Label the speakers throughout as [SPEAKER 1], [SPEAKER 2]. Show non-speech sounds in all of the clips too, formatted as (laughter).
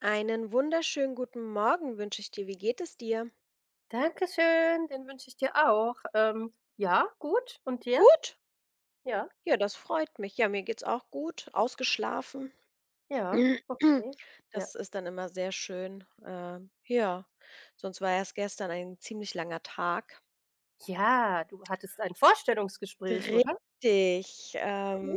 [SPEAKER 1] Einen wunderschönen guten Morgen wünsche ich dir. Wie geht es dir?
[SPEAKER 2] Dankeschön, den wünsche ich dir auch. Ja, gut. Und dir?
[SPEAKER 1] Gut?
[SPEAKER 2] Ja,
[SPEAKER 1] Ja, das freut mich. Ja, mir geht's auch gut. Ausgeschlafen.
[SPEAKER 2] ja,
[SPEAKER 1] (clears throat)
[SPEAKER 2] okay. Ja.
[SPEAKER 1] Das ist dann immer sehr schön. Ja, sonst war erst gestern ein ziemlich langer Tag.
[SPEAKER 2] Ja, du hattest ein Vorstellungsgespräch, oder?
[SPEAKER 1] Richtig.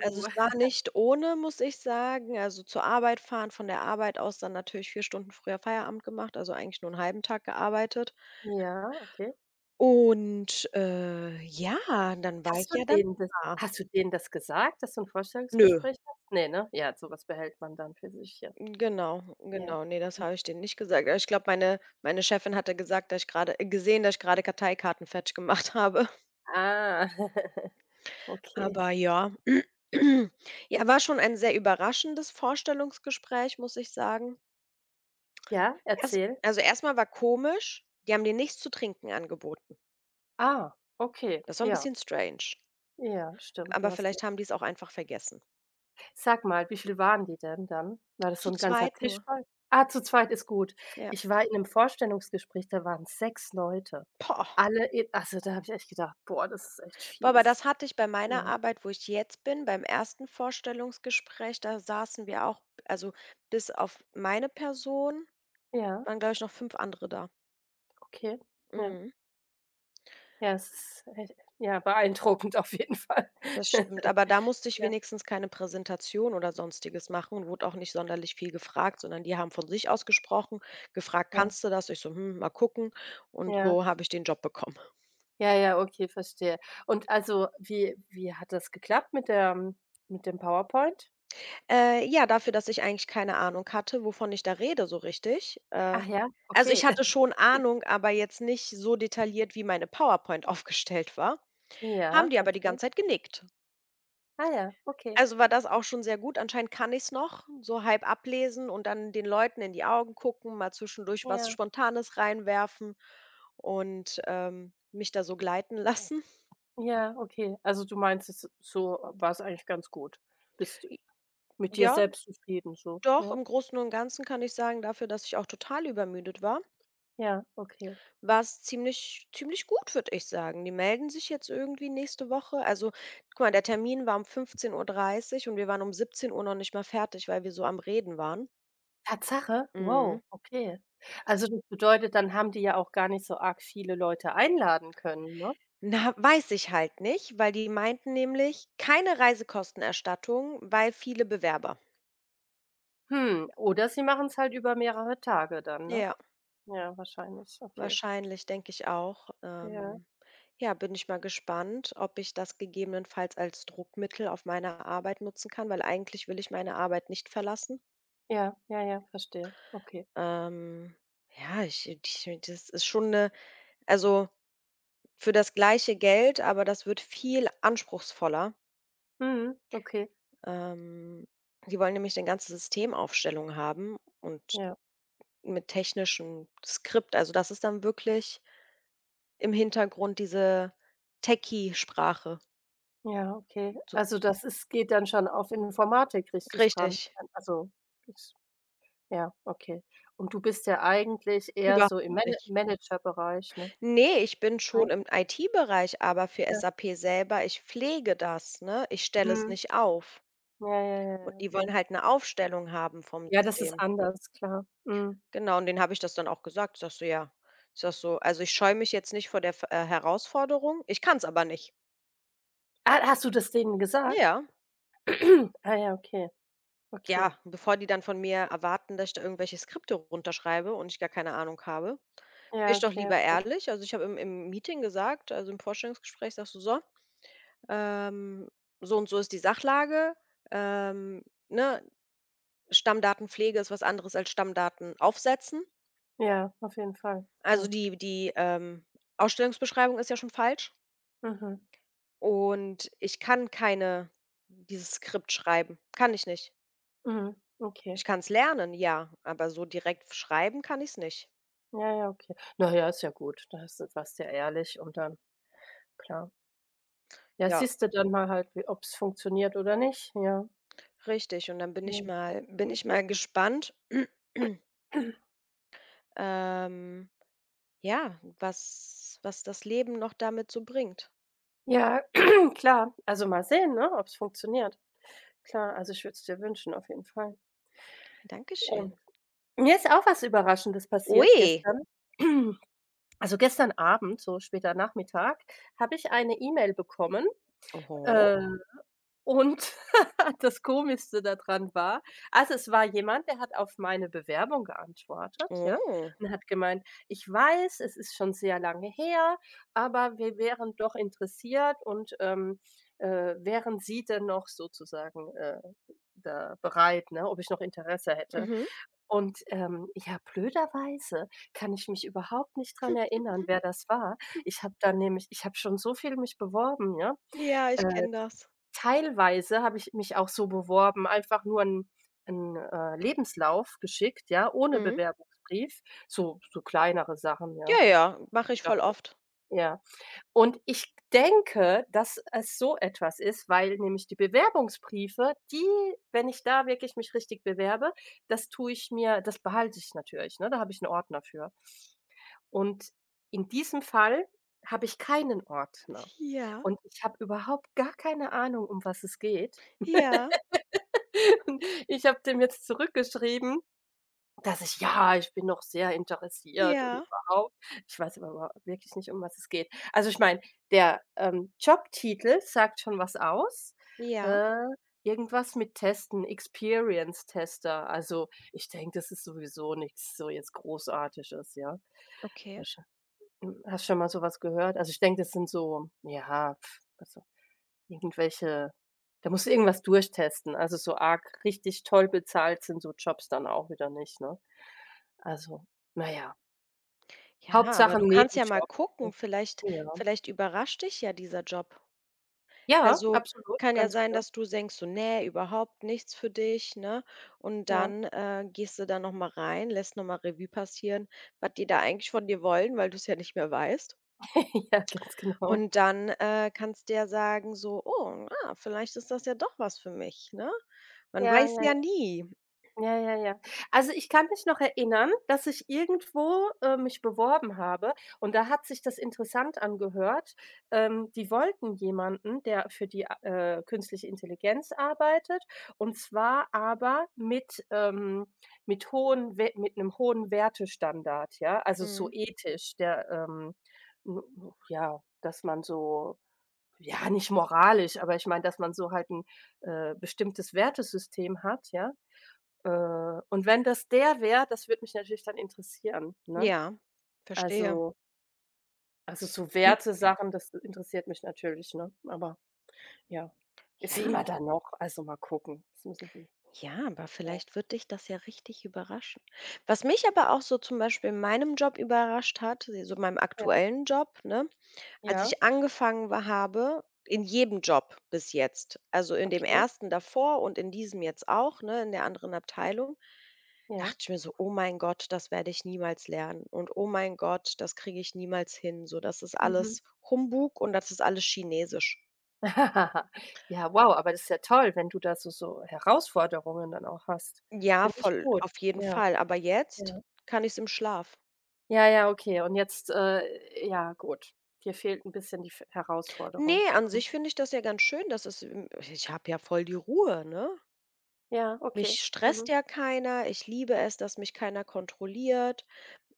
[SPEAKER 1] Also es war
[SPEAKER 2] (laughs)
[SPEAKER 1] nicht ohne, muss ich sagen. Also zur Arbeit fahren, von der Arbeit aus dann natürlich 4 Stunden früher Feierabend gemacht, also eigentlich nur einen halben Tag gearbeitet.
[SPEAKER 2] Ja, okay.
[SPEAKER 1] Und, ja, dann war
[SPEAKER 2] Hast
[SPEAKER 1] ich
[SPEAKER 2] du
[SPEAKER 1] ja dann
[SPEAKER 2] denen das
[SPEAKER 1] da.
[SPEAKER 2] Hast du denen das gesagt, dass du ein
[SPEAKER 1] Nö,
[SPEAKER 2] Vorstellungsgespräch hast? Ne, ne? Ja, sowas behält man dann für sich, ja.
[SPEAKER 1] genau,
[SPEAKER 2] Ja.
[SPEAKER 1] genau. Ne, das
[SPEAKER 2] Mhm.
[SPEAKER 1] habe ich denen nicht gesagt. Aber ich glaube, meine Chefin hatte gesagt, dass ich grade gesehen, dass ich grade Karteikarten fertig gemacht (laughs) habe.
[SPEAKER 2] Ah. (laughs) Okay.
[SPEAKER 1] Aber ja. (clears throat) Ja, war schon ein sehr überraschendes Vorstellungsgespräch, muss ich sagen.
[SPEAKER 2] Ja,
[SPEAKER 1] Erst
[SPEAKER 2] erzähl.
[SPEAKER 1] also, erst mal war komisch, die haben dir nichts zu trinken angeboten.
[SPEAKER 2] Ah, okay.
[SPEAKER 1] Das war 'n
[SPEAKER 2] Ja,
[SPEAKER 1] bisschen strange,
[SPEAKER 2] ja, stimmt, du
[SPEAKER 1] aber
[SPEAKER 2] hast.
[SPEAKER 1] vielleicht haben die's auch einfach vergessen.
[SPEAKER 2] Sag mal, wie viel waren die denn dann? War das so
[SPEAKER 1] Zu
[SPEAKER 2] 'n ganzer
[SPEAKER 1] zweit
[SPEAKER 2] Tisch
[SPEAKER 1] nur,
[SPEAKER 2] voll? Ah, zu zweit ist gut.
[SPEAKER 1] ja.
[SPEAKER 2] Ich war in 'nem Vorstellungsgespräch, da waren 6 Leute.
[SPEAKER 1] Boah.
[SPEAKER 2] Alle e Also, da habe ich echt gedacht: „Boah, das ist echt
[SPEAKER 1] Boah, aber
[SPEAKER 2] fies",
[SPEAKER 1] das hatte ich bei meiner
[SPEAKER 2] ne?
[SPEAKER 1] Arbeit, wo ich jetzt bin, beim ersten Vorstellungsgespräch, da saßen wir auch also, bis auf meine Person
[SPEAKER 2] Ja,
[SPEAKER 1] waren, glaube ich, noch 5 andere da.
[SPEAKER 2] okay. Ja.
[SPEAKER 1] Mhm,
[SPEAKER 2] Ja, es ist echt ja, beeindruckend auf jeden Fall.
[SPEAKER 1] das stimmt. Aber da
[SPEAKER 2] (laughs)
[SPEAKER 1] musste ich
[SPEAKER 2] Ja,
[SPEAKER 1] wenigstens keine Präsentation oder Sonstiges machen und wurde auch nicht sonderlich viel gefragt, sondern die haben von sich aus gesprochen, gefragt:
[SPEAKER 2] ja,
[SPEAKER 1] „Kannst du das?“ Ich so: „Hm, mal gucken.“ Und
[SPEAKER 2] ja.
[SPEAKER 1] so habe ich den Job bekommen.
[SPEAKER 2] Ja, ja, okay, verstehe. Und also, wie hat das geklappt mit dem PowerPoint?
[SPEAKER 1] Ja, dafür, dass ich eigentlich keine Ahnung hatte, wovon ich da rede so richtig.
[SPEAKER 2] Ach ja,
[SPEAKER 1] Also, ich
[SPEAKER 2] okay.
[SPEAKER 1] hatte schon Ahnung, aber jetzt nicht so detailliert, wie meine PowerPoint (laughs) aufgestellt war, haben
[SPEAKER 2] Ja,
[SPEAKER 1] die aber die
[SPEAKER 2] okay.
[SPEAKER 1] ganze Zeit genickt.
[SPEAKER 2] Ah ja, okay.
[SPEAKER 1] Also, war das auch schon sehr gut. Anscheinend kann ich's noch, so halb ablesen und dann den Leuten in die Augen gucken, mal zwischendurch was
[SPEAKER 2] Ja.
[SPEAKER 1] Spontanes reinwerfen und, mich da so gleiten (laughs) lassen.
[SPEAKER 2] Ja, okay. Also, du meinst, es so war es eigentlich ganz gut. Bist
[SPEAKER 1] J
[SPEAKER 2] mit dir
[SPEAKER 1] ja,
[SPEAKER 2] selbst zufrieden so,
[SPEAKER 1] doch,
[SPEAKER 2] ja?
[SPEAKER 1] im Großen und Ganzen kann ich sagen, dafür, dass ich auch total übermüdet war
[SPEAKER 2] Ja, okay.
[SPEAKER 1] war es ziemlich ziemlich gut, würde ich sagen. Die melden sich jetzt irgendwie nächste Woche. Also, guck mal, der Termin war um 15:30 und wir waren um 17 Uhr noch nicht mal fertig, weil wir so am Reden waren.
[SPEAKER 2] Tatsache?
[SPEAKER 1] Mhm.
[SPEAKER 2] Wow, okay. Also, das bedeutet, dann haben die ja auch gar nicht so arg viele Leute einladen können, ne?
[SPEAKER 1] Na, weiß ich halt nicht, weil die meinten nämlich: „Keine Reisekostenerstattung, weil viele Bewerber.“
[SPEAKER 2] Hm, oder sie machen es halt über mehrere Tage dann, ne?
[SPEAKER 1] Ja,
[SPEAKER 2] Ja, wahrscheinlich. Okay.
[SPEAKER 1] wahrscheinlich, denke ich auch.
[SPEAKER 2] Ja.
[SPEAKER 1] Ja, bin ich mal gespannt, ob ich das gegebenenfalls als Druckmittel auf meine Arbeit nutzen kann, weil eigentlich will ich meine Arbeit nicht verlassen.
[SPEAKER 2] Ja, ja, ja, verstehe. Okay.
[SPEAKER 1] Ähm, ja, ich das ist schon eine also, für das gleiche Geld, aber das wird viel anspruchsvoller.
[SPEAKER 2] Mhm, okay.
[SPEAKER 1] Ähm, die wollen nämlich 'ne ganze Systemaufstellung haben und
[SPEAKER 2] Ja.
[SPEAKER 1] mit technischem Skript. Also, das ist dann wirklich im Hintergrund diese Techie-Sprache.
[SPEAKER 2] Ja, okay.
[SPEAKER 1] So
[SPEAKER 2] Also, das ist geht dann schon auf Informatik richtig
[SPEAKER 1] richtig,
[SPEAKER 2] dran. Also, das. Ja, okay. Und du bist ja eigentlich eher
[SPEAKER 1] überhaupt
[SPEAKER 2] so im
[SPEAKER 1] nicht.
[SPEAKER 2] Managerbereich, ne?
[SPEAKER 1] Ne, ich bin schon
[SPEAKER 2] Nein,
[SPEAKER 1] im IT-Bereich, aber für
[SPEAKER 2] ja.
[SPEAKER 1] SAP selber ich pflege das, ne? Ich stelle es
[SPEAKER 2] Mhm.
[SPEAKER 1] nicht auf.
[SPEAKER 2] Ja, ja, ja, ja,
[SPEAKER 1] Und die
[SPEAKER 2] okay.
[SPEAKER 1] wollen halt 'ne Aufstellung haben vom
[SPEAKER 2] Ja, das ist
[SPEAKER 1] System.
[SPEAKER 2] anders, klar. Mhm.
[SPEAKER 1] Genau, und denen habe ich das dann auch gesagt. Ich sage so: „Ja“, ich sage so: „Also, ich scheue mich jetzt nicht vor der F Herausforderung. Ich kann's aber nicht.“
[SPEAKER 2] Ah, hast du das denen gesagt?
[SPEAKER 1] Ja,
[SPEAKER 2] (clears throat) Ah ja, okay, okay.
[SPEAKER 1] ja, bevor die dann von mir erwarten, dass ich da irgendwelche Skripte runterschreibe und ich gar keine Ahnung habe, bin
[SPEAKER 2] Ja,
[SPEAKER 1] ich doch
[SPEAKER 2] okay,
[SPEAKER 1] lieber
[SPEAKER 2] okay.
[SPEAKER 1] ehrlich. Also, ich habe im Meeting gesagt, also, im Vorstellungsgespräch sage so: „So, ähm, so und so ist die Sachlage, ähm, ne? Stammdatenpflege ist was anderes als Stammdaten aufsetzen.“
[SPEAKER 2] Ja, auf jeden Fall,
[SPEAKER 1] Also
[SPEAKER 2] klar.
[SPEAKER 1] die, Ausstellungsbeschreibung ist ja schon falsch
[SPEAKER 2] Mhm,
[SPEAKER 1] und ich kann keine dieses Skript schreiben, kann ich nicht.
[SPEAKER 2] mhm,
[SPEAKER 1] Ich
[SPEAKER 2] okay.
[SPEAKER 1] kann es lernen, ja, aber so direkt schreiben kann ich es nicht.
[SPEAKER 2] Ja, ja, okay. Na ja, ist ja gut. Da hast du Warst ja ehrlich und dann klar. Ja,
[SPEAKER 1] Ja,
[SPEAKER 2] siehst du dann mal halt, wie ob's funktioniert oder nicht. Ja,
[SPEAKER 1] richtig und dann bin ich
[SPEAKER 2] okay.
[SPEAKER 1] mal bin ich mal gespannt, (clears throat) ähm, ja, was das Leben noch damit so bringt.
[SPEAKER 2] Ja, (clears throat) klar. Also, mal sehen, ne, ob's funktioniert. Klar, also, ich würde es dir wünschen auf jeden Fall.
[SPEAKER 1] Ja, Danke
[SPEAKER 2] Und
[SPEAKER 1] schön.
[SPEAKER 2] mir ist auch was Überraschendes passiert
[SPEAKER 1] Ui.
[SPEAKER 2] gestern. (clears throat) Also, gestern Abend, so später Nachmittag, habe ich eine E-Mail bekommen,
[SPEAKER 1] Oho.
[SPEAKER 2] äh, und (laughs) das Komischste daran war, also, es war jemand, der hat auf meine Bewerbung geantwortet, ja,
[SPEAKER 1] Oh.
[SPEAKER 2] und hat gemeint: „Ich weiß, es ist schon sehr lange her, aber wir wären doch interessiert und wären Sie denn noch sozusagen, da bereit, ne, ob ich noch Interesse hätte.
[SPEAKER 1] Mhm.
[SPEAKER 2] Und, ja, blöderweise kann ich mich überhaupt nicht dran erinnern, wer das war. Ich habe schon so viel mich beworben, ja.
[SPEAKER 1] Ja,
[SPEAKER 2] Äh,
[SPEAKER 1] ich kenne das.
[SPEAKER 2] Teilweise habe ich mich auch so beworben, einfach nur 'n Lebenslauf geschickt, ja, ohne
[SPEAKER 1] Mhm.
[SPEAKER 2] Bewerbungsbrief, so kleinere Sachen, ja,
[SPEAKER 1] Ja,
[SPEAKER 2] wo
[SPEAKER 1] ja, mache
[SPEAKER 2] ich
[SPEAKER 1] ich
[SPEAKER 2] gedacht,
[SPEAKER 1] voll oft.
[SPEAKER 2] ja. Und ich denke, dass es so etwas ist, weil nämlich die Bewerbungsbriefe, die wenn ich da wirklich mich richtig bewerbe, das behalte ich natürlich, ne? Da habe ich 'n Ordner für. Und in diesem Fall habe ich keinen Ordner
[SPEAKER 1] Ja.
[SPEAKER 2] und ich habe überhaupt gar keine Ahnung, um was es geht.
[SPEAKER 1] Ja,
[SPEAKER 2] (laughs) Und ich habe dem jetzt zurückgeschrieben, dass ich, ja, ich bin noch sehr interessiert und
[SPEAKER 1] ja,
[SPEAKER 2] überhaupt. Ich weiß aber wa wirklich nicht, um was es geht. Also, ich meine, der, Jobtitel sagt schon was aus.
[SPEAKER 1] ja,
[SPEAKER 2] Äh, Irgendwas mit Testen, Experience Tester. Also, ich denke, das ist sowieso nichts, so jetzt Großartiges, ja?
[SPEAKER 1] okay.
[SPEAKER 2] Wahrschei hast schon mal so was gehört? Also, ich denke, das sind so ja, pf, was. Irgendwelche, da musst du irgendwas durchtesten. Also, so arg richtig toll bezahlt sind so Jobs dann auch wieder nicht, ne? Also, na ja,
[SPEAKER 1] Ja, aber
[SPEAKER 2] Hauptsache 'n
[SPEAKER 1] du kannst ja mal
[SPEAKER 2] Nebenjob, ne?
[SPEAKER 1] gucken, vielleicht
[SPEAKER 2] Ja.
[SPEAKER 1] vielleicht überrascht dich ja dieser Job.
[SPEAKER 2] Ja,
[SPEAKER 1] Also,
[SPEAKER 2] absolut,
[SPEAKER 1] kann ja
[SPEAKER 2] ganz
[SPEAKER 1] sein,
[SPEAKER 2] klar.
[SPEAKER 1] dass du denkst so: „Ne, überhaupt nichts für dich“, ne? Und
[SPEAKER 2] Ja.
[SPEAKER 1] dann, gehst du da noch mal rein, lässt noch mal Revue passieren, was die da eigentlich von dir wollen, weil du es ja nicht mehr weißt.
[SPEAKER 2] (laughs) Ja, ganz genau.
[SPEAKER 1] Und dann, kannst du ja sagen so: „Oh, ah, vielleicht ist das ja doch was für mich“, ne? Man
[SPEAKER 2] Ja,
[SPEAKER 1] weiß
[SPEAKER 2] ja.
[SPEAKER 1] ja nie.
[SPEAKER 2] Ja, ja, ja. Also, ich kann mich noch erinnern, dass ich irgendwo, mich beworben habe und da hat sich das interessant angehört. Die wollten jemanden, der für die, künstliche Intelligenz arbeitet, und zwar aber mit hohen We mit einem hohen Wertestandard, ja? Also, so
[SPEAKER 1] Mhm.
[SPEAKER 2] ethisch, der, n ja, dass man so, ja, nicht moralisch, aber ich meine, dass man so halt ein bestimmtes Wertesystem hat, ja? Und wenn das der wäre, das würde mich natürlich dann interessieren, ne?
[SPEAKER 1] Ja, verstehe.
[SPEAKER 2] Also also so werte Sachen, das interessiert mich natürlich, ne? Aber ja, sehen
[SPEAKER 1] Ja?
[SPEAKER 2] wir da noch, also mal gucken. Das müssen sie.
[SPEAKER 1] Ja, aber
[SPEAKER 2] Ja,
[SPEAKER 1] vielleicht wird dich das ja richtig überraschen. Was mich aber auch so zum Beispiel in meinem Job überrascht hat, so meinem aktuellen Job, ne, als
[SPEAKER 2] ja, ja,
[SPEAKER 1] ich angefangen habe, in jedem Job bis jetzt, also in dem
[SPEAKER 2] okay,
[SPEAKER 1] ersten davor und in diesem jetzt auch, ne, in der anderen Abteilung,
[SPEAKER 2] ja.
[SPEAKER 1] dachte ich mir so, oh mein Gott, das werde ich niemals lernen und oh mein Gott, das kriege ich niemals hin. So, das ist
[SPEAKER 2] Mhm.
[SPEAKER 1] alles Humbug und das ist alles Chinesisch.
[SPEAKER 2] (laughs) Ja, wow, aber das ist ja toll, wenn du da so Herausforderungen dann auch hast.
[SPEAKER 1] Ja,
[SPEAKER 2] Finde ich
[SPEAKER 1] voll,
[SPEAKER 2] gut.
[SPEAKER 1] auf jeden
[SPEAKER 2] Ja,
[SPEAKER 1] Fall. Aber
[SPEAKER 2] ja.
[SPEAKER 1] jetzt kann ich es im Schlaf.
[SPEAKER 2] Ja, ja, okay. Und jetzt, ja, gut. Dir fehlt ein bisschen die F Herausforderung.
[SPEAKER 1] Nee, an
[SPEAKER 2] Mhm.
[SPEAKER 1] sich finde ich das ja ganz schön, dass es ich habe ja voll die Ruhe, ne?
[SPEAKER 2] Ja,
[SPEAKER 1] Mich
[SPEAKER 2] okay.
[SPEAKER 1] stresst
[SPEAKER 2] Mhm.
[SPEAKER 1] ja keiner. Ich liebe es, dass mich keiner kontrolliert.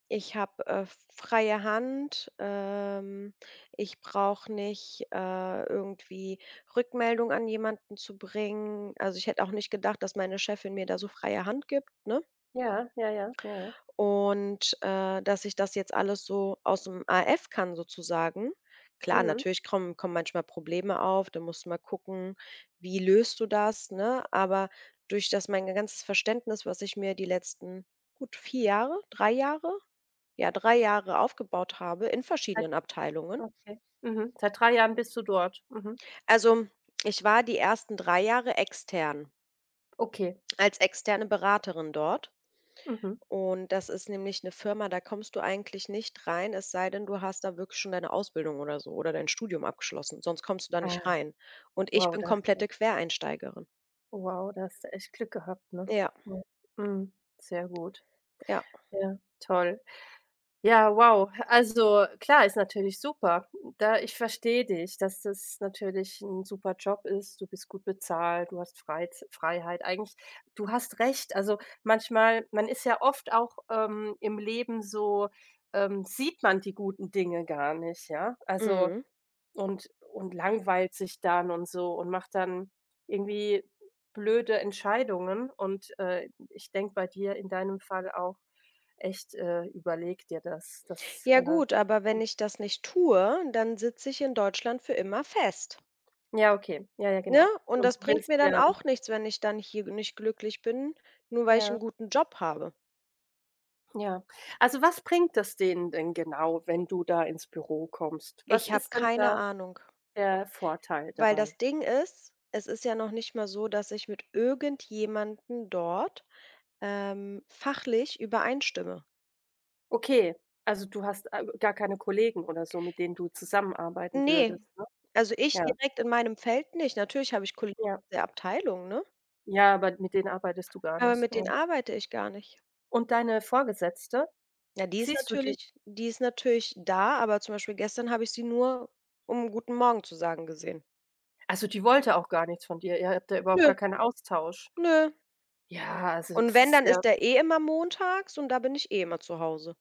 [SPEAKER 1] Ich habe, freie Hand. Ich brauche nicht, irgendwie Rückmeldung an jemanden zu bringen. Also, ich hätte auch nicht gedacht, dass meine Chefin mir da so freie Hand gibt, ne?
[SPEAKER 2] Ja, ja, ja, ja, ja.
[SPEAKER 1] Und, dass ich das jetzt alles so aus'm AF kann sozusagen. Klar,
[SPEAKER 2] Mhm.
[SPEAKER 1] natürlich kommen manchmal Probleme auf, da musst du mal gucken, wie löst du das, ne? Aber durch das mein ganzes Verständnis, was ich mir die letzten gut 4 Jahre, 3 Jahre? Ja, 3 Jahre aufgebaut habe in
[SPEAKER 2] Seit
[SPEAKER 1] verschiedenen Abteilungen.
[SPEAKER 2] Okay. Mhm. Seit 3 Jahren bist du dort. Mhm.
[SPEAKER 1] Also, ich war die ersten 3 Jahre extern,
[SPEAKER 2] Okay.
[SPEAKER 1] als externe Beraterin dort.
[SPEAKER 2] Mhm.
[SPEAKER 1] Und das ist nämlich eine Firma, da kommst du eigentlich nicht rein, es sei denn, du hast da wirklich schon deine Ausbildung oder so oder dein Studium abgeschlossen, sonst kommst du da nicht
[SPEAKER 2] Ah,
[SPEAKER 1] rein. Und ich
[SPEAKER 2] wow,
[SPEAKER 1] bin
[SPEAKER 2] das,
[SPEAKER 1] komplette Quereinsteigerin.
[SPEAKER 2] wow, da hast du echt Glück gehabt, ne?
[SPEAKER 1] Ja,
[SPEAKER 2] Ja. Mhm. Sehr gut.
[SPEAKER 1] ja.
[SPEAKER 2] Ja, toll. Ja, wow. Also, klar, ist natürlich super. Da ich verstehe dich, dass das natürlich ein super Job ist. Du bist gut bezahlt, du hast Freiz Freiheit. Eigentlich, du hast recht. Also, manchmal man ist ja oft auch, im Leben so, sieht man die guten Dinge gar nicht, ja? Also
[SPEAKER 1] Mhm.
[SPEAKER 2] und langweilt sich dann und so und macht dann irgendwie blöde Entscheidungen. Und, ich denke bei dir in deinem Fall auch echt, überleg dir das. Das,
[SPEAKER 1] Ja
[SPEAKER 2] ja.
[SPEAKER 1] gut, aber wenn ich das nicht tue, dann sitze ich in Deutschland für immer fest,
[SPEAKER 2] Ja, okay. Ja, ja,
[SPEAKER 1] ne?
[SPEAKER 2] genau.
[SPEAKER 1] Und
[SPEAKER 2] Und
[SPEAKER 1] das
[SPEAKER 2] du
[SPEAKER 1] bringt
[SPEAKER 2] willst
[SPEAKER 1] mir dann
[SPEAKER 2] ja,
[SPEAKER 1] auch nichts, wenn ich dann hier nicht glücklich bin, nur weil ich
[SPEAKER 2] ja,
[SPEAKER 1] einen guten Job habe.
[SPEAKER 2] ja. Also, was bringt das denen denn genau, wenn du da ins Büro kommst? Was
[SPEAKER 1] Ich habe
[SPEAKER 2] ist denn
[SPEAKER 1] keine
[SPEAKER 2] da
[SPEAKER 1] Ahnung,
[SPEAKER 2] der Vorteil
[SPEAKER 1] weil das
[SPEAKER 2] dabei?
[SPEAKER 1] Ding ist, es ist ja noch nicht mal so, dass ich mit irgendjemandem dort fachlich übereinstimme.
[SPEAKER 2] Okay, also du hast, gar keine Kollegen oder so, mit denen du zusammenarbeiten
[SPEAKER 1] Ne,
[SPEAKER 2] würdest, ne?
[SPEAKER 1] also ich
[SPEAKER 2] Ja,
[SPEAKER 1] direkt in meinem Feld nicht. Natürlich habe ich Kollegen
[SPEAKER 2] ja.
[SPEAKER 1] aus der Abteilung, ne?
[SPEAKER 2] Ja, aber mit denen arbeitest du gar
[SPEAKER 1] Aber
[SPEAKER 2] nicht,
[SPEAKER 1] mit denen
[SPEAKER 2] ja.
[SPEAKER 1] arbeite ich gar nicht.
[SPEAKER 2] Und deine Vorgesetzte,
[SPEAKER 1] Ja, die ist
[SPEAKER 2] siehst du die,
[SPEAKER 1] natürlich die ist natürlich da, aber zum Beispiel gestern habe ich sie nur, um „Guten Morgen“ zu sagen, gesehen.
[SPEAKER 2] also, die wollte auch gar nichts von dir. Ihr habt da überhaupt
[SPEAKER 1] Nö,
[SPEAKER 2] gar keinen Austausch.
[SPEAKER 1] nö.
[SPEAKER 2] Ja, also,
[SPEAKER 1] Und
[SPEAKER 2] es
[SPEAKER 1] wenn,
[SPEAKER 2] ist
[SPEAKER 1] dann
[SPEAKER 2] sehr
[SPEAKER 1] ist der eh immer montags und da bin ich eh immer zu Hause.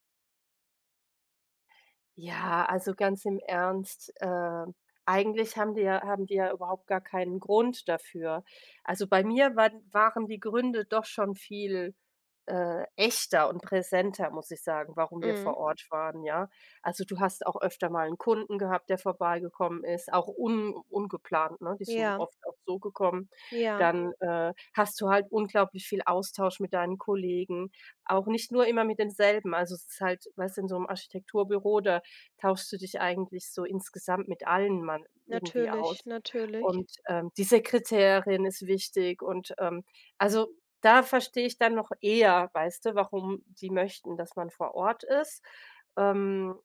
[SPEAKER 2] Ja, also ganz im Ernst, eigentlich haben die ja überhaupt gar keinen Grund dafür. Also, bei mir waren die Gründe doch schon viel, echter und präsenter, muss ich sagen, warum wir
[SPEAKER 1] Mhm.
[SPEAKER 2] vor Ort waren, ja? Also, du hast auch öfter mal einen Kunden gehabt, der vorbeigekommen ist, auch un ungeplant, ne? Die sind
[SPEAKER 1] Ja,
[SPEAKER 2] oft auch so gekommen.
[SPEAKER 1] ja,
[SPEAKER 2] Dann, hast du halt unglaublich viel Austausch mit deinen Kollegen, auch nicht nur immer mit denselben. Also, es ist halt, weißt du, in so einem Architekturbüro, da tauschst du dich eigentlich so insgesamt mit allen man irgendwie
[SPEAKER 1] natürlich,
[SPEAKER 2] aus.
[SPEAKER 1] natürlich.
[SPEAKER 2] Und, die Sekretärin ist wichtig und, also, da verstehe ich dann noch eher, weißt du, warum die möchten, dass man vor Ort ist. Ähm,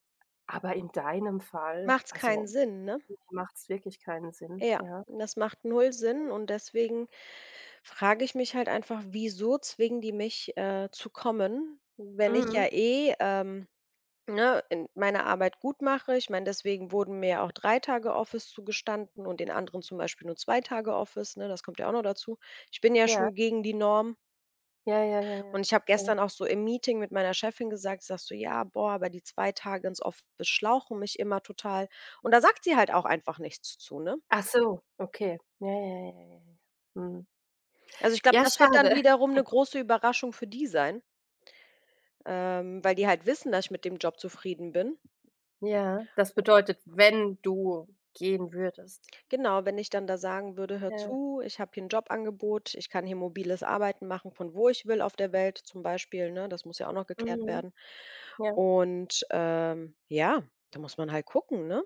[SPEAKER 2] aber in deinem Fall,
[SPEAKER 1] Macht's keinen
[SPEAKER 2] also,
[SPEAKER 1] Sinn, ne?
[SPEAKER 2] macht es wirklich keinen Sinn,
[SPEAKER 1] Ja,
[SPEAKER 2] ja.
[SPEAKER 1] das macht null Sinn und deswegen frage ich mich halt einfach, wieso zwingen die mich, zu kommen, wenn ich ja
[SPEAKER 2] Mhm.
[SPEAKER 1] eh, ne, in meine Arbeit gut mache. Ich meine, deswegen wurden mir ja auch 3 Tage Office zugestanden und den anderen zum Beispiel nur 2 Tage Office, ne? Das kommt ja auch noch dazu. Ich bin ja
[SPEAKER 2] Ja.
[SPEAKER 1] schon gegen die Norm
[SPEAKER 2] Ja, ja, ja,
[SPEAKER 1] und
[SPEAKER 2] ja,
[SPEAKER 1] ich habe
[SPEAKER 2] klar.
[SPEAKER 1] gestern auch so im Meeting mit meiner Chefin gesagt, ich sage so: „Ja, boah, aber die 2 Tage ins Office schlauchen mich immer total.“ Und da sagt sie halt auch einfach nichts zu, ne?
[SPEAKER 2] Ach so, okay. Ja, ja, ja, ja, ja. Mhm.
[SPEAKER 1] Also, ich glaube,
[SPEAKER 2] Ja,
[SPEAKER 1] das wird dann
[SPEAKER 2] schade.
[SPEAKER 1] wiederum eine große Überraschung für die sein, weil die halt wissen, dass ich mit dem Job zufrieden bin.
[SPEAKER 2] Ja, das bedeutet, wenn du gehen würdest.
[SPEAKER 1] Genau, wenn ich dann da sagen würde: „Hör
[SPEAKER 2] Ja.
[SPEAKER 1] zu, ich habe hier ein Jobangebot, ich kann hier mobiles Arbeiten machen, von wo ich will auf der Welt“, zum Beispiel, ne? Das muss ja auch noch geklärt
[SPEAKER 2] Mhm.
[SPEAKER 1] werden.
[SPEAKER 2] Ja.
[SPEAKER 1] Und, ja, da muss man halt gucken, ne?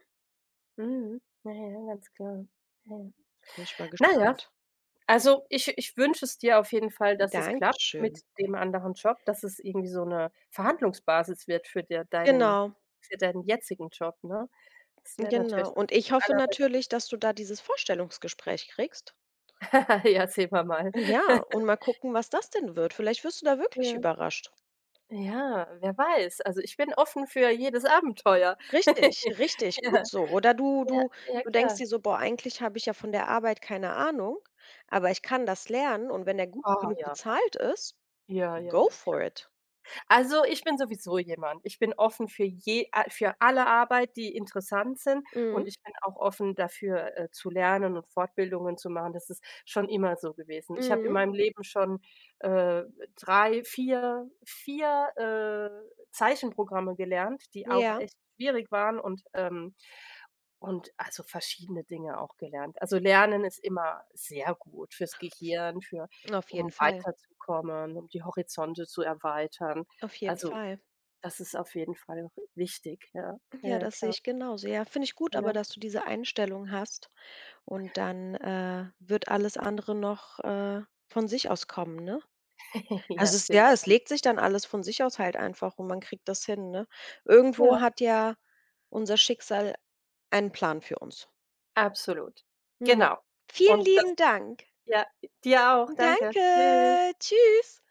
[SPEAKER 2] Mhm. Ja, ja, ganz klar. Ja, ja.
[SPEAKER 1] Bin ich mal
[SPEAKER 2] Na ja,
[SPEAKER 1] gespannt.
[SPEAKER 2] also ich wünsche es dir auf jeden Fall, dass es klappt mit
[SPEAKER 1] Dankeschön.
[SPEAKER 2] dem anderen Job, dass es irgendwie so eine Verhandlungsbasis wird
[SPEAKER 1] Genau,
[SPEAKER 2] für deinen jetzigen Job, ne? Das wäre natürlich
[SPEAKER 1] genau.
[SPEAKER 2] das
[SPEAKER 1] Und ich hoffe
[SPEAKER 2] Allerbeste.
[SPEAKER 1] natürlich, dass du da dieses Vorstellungsgespräch kriegst.
[SPEAKER 2] (laughs) Ja, sehen wir mal.
[SPEAKER 1] Ja, und
[SPEAKER 2] (laughs)
[SPEAKER 1] mal gucken, was das denn wird. Vielleicht wirst du da wirklich
[SPEAKER 2] Ja.
[SPEAKER 1] überrascht.
[SPEAKER 2] Ja, wer weiß. Also, ich bin offen für jedes Abenteuer.
[SPEAKER 1] Richtig,
[SPEAKER 2] (laughs)
[SPEAKER 1] richtig,
[SPEAKER 2] Ja,
[SPEAKER 1] gut so. Oder du
[SPEAKER 2] ja,
[SPEAKER 1] du
[SPEAKER 2] ja
[SPEAKER 1] du denkst
[SPEAKER 2] klar.
[SPEAKER 1] dir so: „Boah, eigentlich habe ich ja von der Arbeit keine Ahnung, aber ich kann das lernen und wenn der gut
[SPEAKER 2] Ah
[SPEAKER 1] genug
[SPEAKER 2] ja,
[SPEAKER 1] bezahlt ist,
[SPEAKER 2] ja, ja,
[SPEAKER 1] go
[SPEAKER 2] ja,
[SPEAKER 1] for
[SPEAKER 2] klar.
[SPEAKER 1] it.“
[SPEAKER 2] Also, ich bin sowieso jemand, ich bin offen für je a für alle Arbeit, die interessant sind,
[SPEAKER 1] Mhm,
[SPEAKER 2] und ich bin auch offen dafür, zu lernen und Fortbildungen zu machen. Das ist schon immer so gewesen. Ich habe in
[SPEAKER 1] mhm,
[SPEAKER 2] meinem Leben schon, äh, 3, vier 4, Zeichenprogramme gelernt, die auch
[SPEAKER 1] ja,
[SPEAKER 2] echt schwierig waren, und also verschiedene Dinge auch gelernt. Also, Lernen ist immer sehr gut fürs Gehirn, für
[SPEAKER 1] auf jeden
[SPEAKER 2] um
[SPEAKER 1] Fall,
[SPEAKER 2] weiterzukommen, um die Horizonte zu erweitern.
[SPEAKER 1] auf jeden
[SPEAKER 2] Also,
[SPEAKER 1] Fall.
[SPEAKER 2] das ist auf jeden Fall wichtig, ja. Ja,
[SPEAKER 1] Ja,
[SPEAKER 2] ja,
[SPEAKER 1] das sehe
[SPEAKER 2] klar,
[SPEAKER 1] ich genauso. Ja, finde ich gut, aber
[SPEAKER 2] ja.
[SPEAKER 1] dass du diese Einstellung hast und dann, wird alles andere noch, von sich aus kommen, ne?
[SPEAKER 2] (laughs) Ja,
[SPEAKER 1] Also es ja, es
[SPEAKER 2] Silbertablett.
[SPEAKER 1] legt sich dann alles von sich aus halt einfach und man kriegt das hin, ne? Irgendwo
[SPEAKER 2] Ja,
[SPEAKER 1] hat ja unser Schicksal einen Plan für uns.
[SPEAKER 2] absolut.
[SPEAKER 1] Ja.
[SPEAKER 2] Genau.
[SPEAKER 1] Vielen
[SPEAKER 2] Und das
[SPEAKER 1] lieben Dank.
[SPEAKER 2] Ja, dir auch, danke. Tschüss.
[SPEAKER 1] Danke. Tschüss.